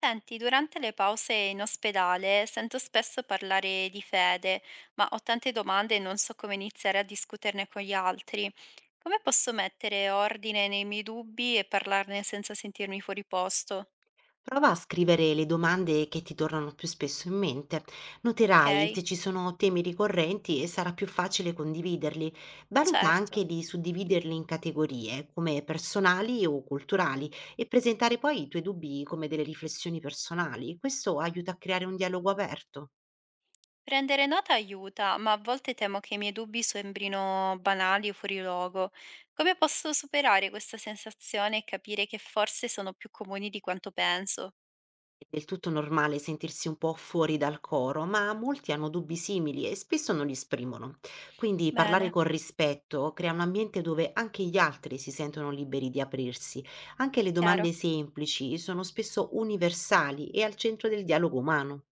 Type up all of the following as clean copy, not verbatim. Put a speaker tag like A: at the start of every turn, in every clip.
A: Senti, durante le pause in ospedale sento spesso parlare di fede, ma ho tante domande e non so come iniziare a discuterne con gli altri. Come posso mettere ordine nei miei dubbi e parlarne senza sentirmi fuori posto?
B: Prova a scrivere le domande che ti tornano più spesso in mente.
A: Ok,
B: Noterai se ci sono temi ricorrenti e sarà più facile condividerli. Valuta
A: certo.
B: anche di suddividerli in categorie, come personali o culturali, e presentare poi i tuoi dubbi come delle riflessioni personali. Questo aiuta a creare un dialogo aperto.
A: Prendere nota aiuta, ma a volte temo che i miei dubbi sembrino banali o fuori luogo. Come posso superare questa sensazione e capire che forse sono più comuni di quanto penso?
B: È del tutto normale sentirsi un po' fuori dal coro, ma molti hanno dubbi simili e spesso non li esprimono. Quindi parlare
A: Bene,
B: con rispetto crea un ambiente dove anche gli altri si sentono liberi di aprirsi. Anche le
A: chiaro.
B: domande semplici sono spesso universali e al centro del dialogo umano.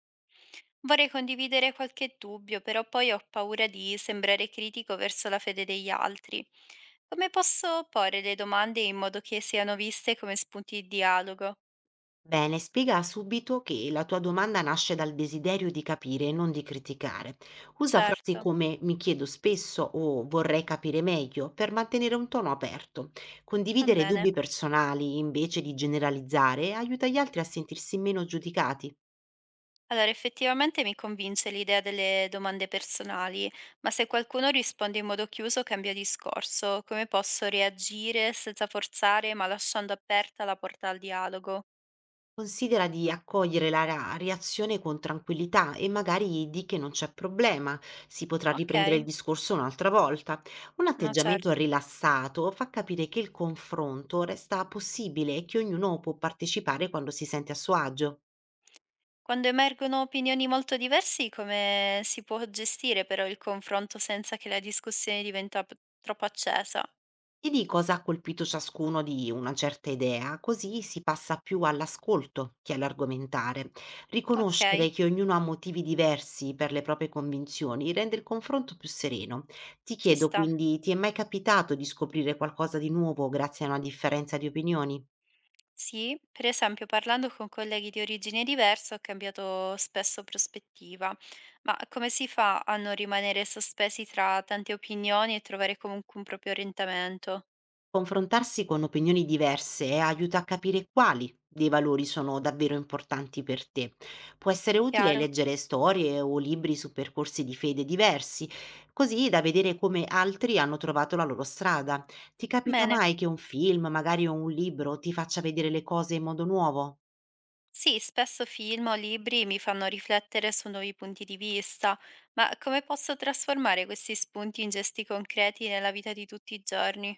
A: Vorrei condividere qualche dubbio, però poi ho paura di sembrare critico verso la fede degli altri. Come posso porre le domande in modo che siano viste come spunti di dialogo?
B: Bene, spiega subito che la tua domanda nasce dal desiderio di capire e non di criticare. Usa frasi
A: Certo,
B: come mi chiedo spesso o vorrei capire meglio per mantenere un tono aperto.
A: va
B: Condividere
A: bene.
B: dubbi personali invece di generalizzare aiuta gli altri a sentirsi meno giudicati.
A: Allora, effettivamente mi convince l'idea delle domande personali, ma se qualcuno risponde in modo chiuso cambia discorso. Come posso reagire senza forzare, ma lasciando aperta la porta al dialogo?
B: Considera di accogliere la reazione con tranquillità e magari di che non c'è problema, si potrà
A: Ok,
B: riprendere il discorso un'altra volta. Un
A: no
B: atteggiamento
A: certo.
B: rilassato fa capire che il confronto resta possibile e che ognuno può partecipare quando si sente a suo agio.
A: Quando emergono opinioni molto diversi, come si può gestire però il confronto senza che la discussione diventa troppo accesa?
B: Ti dico cosa ha colpito ciascuno di una certa idea, così si passa più all'ascolto che all'argomentare.
A: Ok,
B: Riconoscere che ognuno ha motivi diversi per le proprie convinzioni rende il confronto più sereno. Ti
A: ci
B: chiedo
A: sta.
B: quindi, ti è mai capitato di scoprire qualcosa di nuovo grazie a una differenza di opinioni?
A: Sì, per esempio parlando con colleghi di origine diversa ho cambiato spesso prospettiva, ma come si fa a non rimanere sospesi tra tante opinioni e trovare comunque un proprio orientamento?
B: Confrontarsi con opinioni diverse aiuta a capire quali dei valori sono davvero importanti per te. Può essere utile
A: Chiaro?
B: leggere storie o libri su percorsi di fede diversi, così da vedere come altri hanno trovato la loro strada. Ti capita
A: Bene.
B: mai che un film, magari o un libro, ti faccia vedere le cose in modo nuovo?
A: Sì, spesso film o libri mi fanno riflettere su nuovi punti di vista, ma come posso trasformare questi spunti in gesti concreti nella vita di tutti i giorni?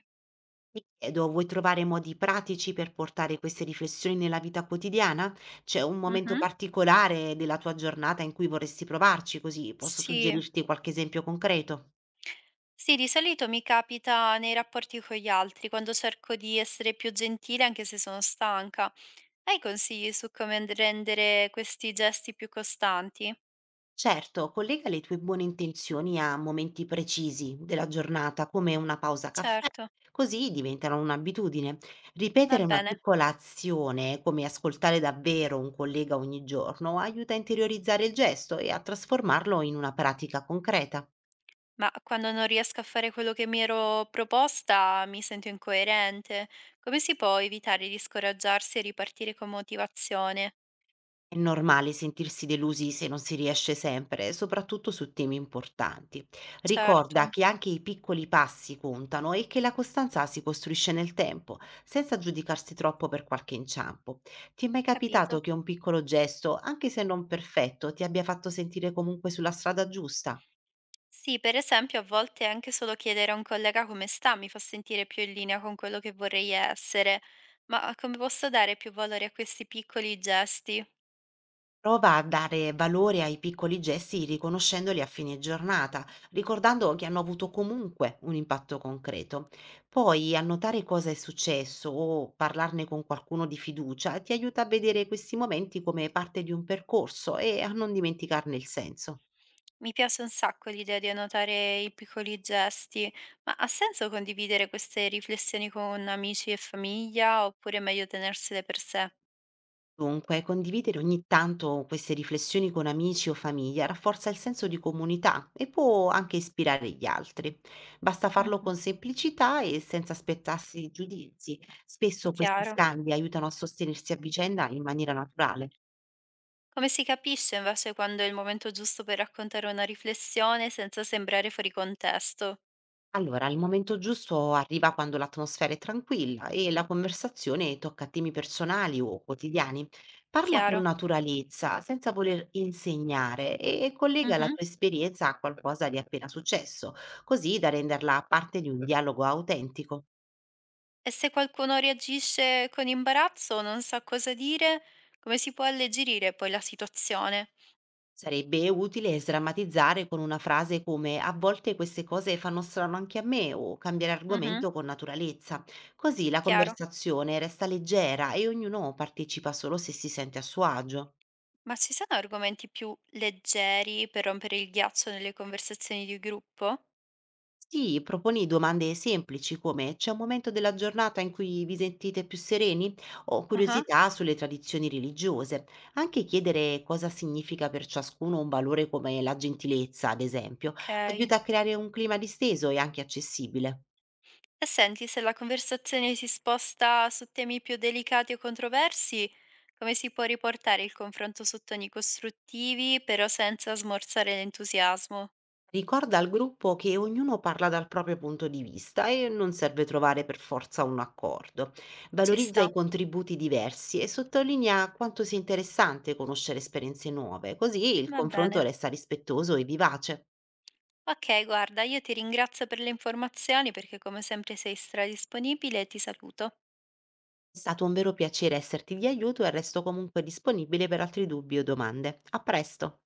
B: Mi chiedo, vuoi trovare modi pratici per portare queste riflessioni nella vita quotidiana? C'è un momento
A: Mhm.
B: particolare della tua giornata in cui vorresti provarci, così posso
A: Sì.
B: suggerirti qualche esempio concreto?
A: Sì, di solito mi capita nei rapporti con gli altri, quando cerco di essere più gentile anche se sono stanca. Hai consigli su come rendere questi gesti più costanti?
B: Certo, collega le tue buone intenzioni a momenti precisi della giornata, come una pausa caffè,
A: Certo,
B: così diventano un'abitudine.
A: va
B: Ripetere una
A: bene.
B: piccola azione, come ascoltare davvero un collega ogni giorno, aiuta a interiorizzare il gesto e a trasformarlo in una pratica concreta.
A: Ma quando non riesco a fare quello che mi ero proposta mi sento incoerente. Come si può evitare di scoraggiarsi e ripartire con motivazione?
B: È normale sentirsi delusi se non si riesce sempre, soprattutto su temi importanti.
A: Certo,
B: Ricorda che anche i piccoli passi contano e che la costanza si costruisce nel tempo, senza giudicarsi troppo per qualche inciampo. Ti è mai capitato
A: capito.
B: che un piccolo gesto, anche se non perfetto, ti abbia fatto sentire comunque sulla strada giusta?
A: Sì, per esempio, a volte anche solo chiedere a un collega come sta mi fa sentire più in linea con quello che vorrei essere. Ma come posso dare più valore a questi piccoli gesti?
B: Prova a dare valore ai piccoli gesti riconoscendoli a fine giornata, ricordando che hanno avuto comunque un impatto concreto. Poi annotare cosa è successo o parlarne con qualcuno di fiducia ti aiuta a vedere questi momenti come parte di un percorso e a non dimenticarne il senso.
A: Mi piace un sacco l'idea di annotare i piccoli gesti, ma ha senso condividere queste riflessioni con amici e famiglia oppure è meglio tenersele per sé?
B: Dunque, condividere ogni tanto queste riflessioni con amici o famiglia rafforza il senso di comunità e può anche ispirare gli altri. Basta farlo
A: Mhm,
B: con semplicità e senza aspettarsi giudizi. Spesso questi
A: chiaro.
B: scambi aiutano a sostenersi a vicenda in maniera naturale.
A: Come si capisce invece quando è il momento giusto per raccontare una riflessione senza sembrare fuori contesto?
B: Allora, il momento giusto arriva quando l'atmosfera è tranquilla e la conversazione tocca temi personali o quotidiani. Parla con
A: Chiaro.
B: naturalezza, senza voler insegnare, e collega la
A: Mhm.
B: tua esperienza a qualcosa di appena successo, così da renderla parte di un dialogo autentico.
A: E se qualcuno reagisce con imbarazzo o non sa cosa dire, come si può alleggerire poi la situazione?
B: Sarebbe utile sdrammatizzare con una frase come a volte queste cose fanno strano anche a me o cambiare
A: Mhm,
B: argomento con naturalezza. Così la
A: chiaro.
B: conversazione resta leggera e ognuno partecipa solo se si sente a suo agio.
A: Ma ci sono argomenti più leggeri per rompere il ghiaccio nelle conversazioni di gruppo?
B: Sì, proponi domande semplici come c'è un momento della giornata in cui vi sentite più sereni o
A: Ah-ah,
B: curiosità sulle tradizioni religiose. Anche chiedere cosa significa per ciascuno un valore come la gentilezza, ad esempio,
A: okay.
B: aiuta a creare un clima disteso e anche accessibile.
A: E senti, se la conversazione si sposta su temi più delicati o controversi, come si può riportare il confronto su toni costruttivi, però senza smorzare l'entusiasmo?
B: Ricorda al gruppo che ognuno parla dal proprio punto di vista e non serve trovare per forza un accordo.
A: Ci
B: Valorizza
A: sta,
B: i contributi diversi e sottolinea quanto sia interessante conoscere esperienze nuove, così il
A: va
B: confronto
A: bene.
B: resta rispettoso e vivace.
A: Okay, guarda, io ti ringrazio per le informazioni perché come sempre sei stradisponibile e ti saluto.
B: È stato un vero piacere esserti di aiuto e resto comunque disponibile per altri dubbi o domande. A presto!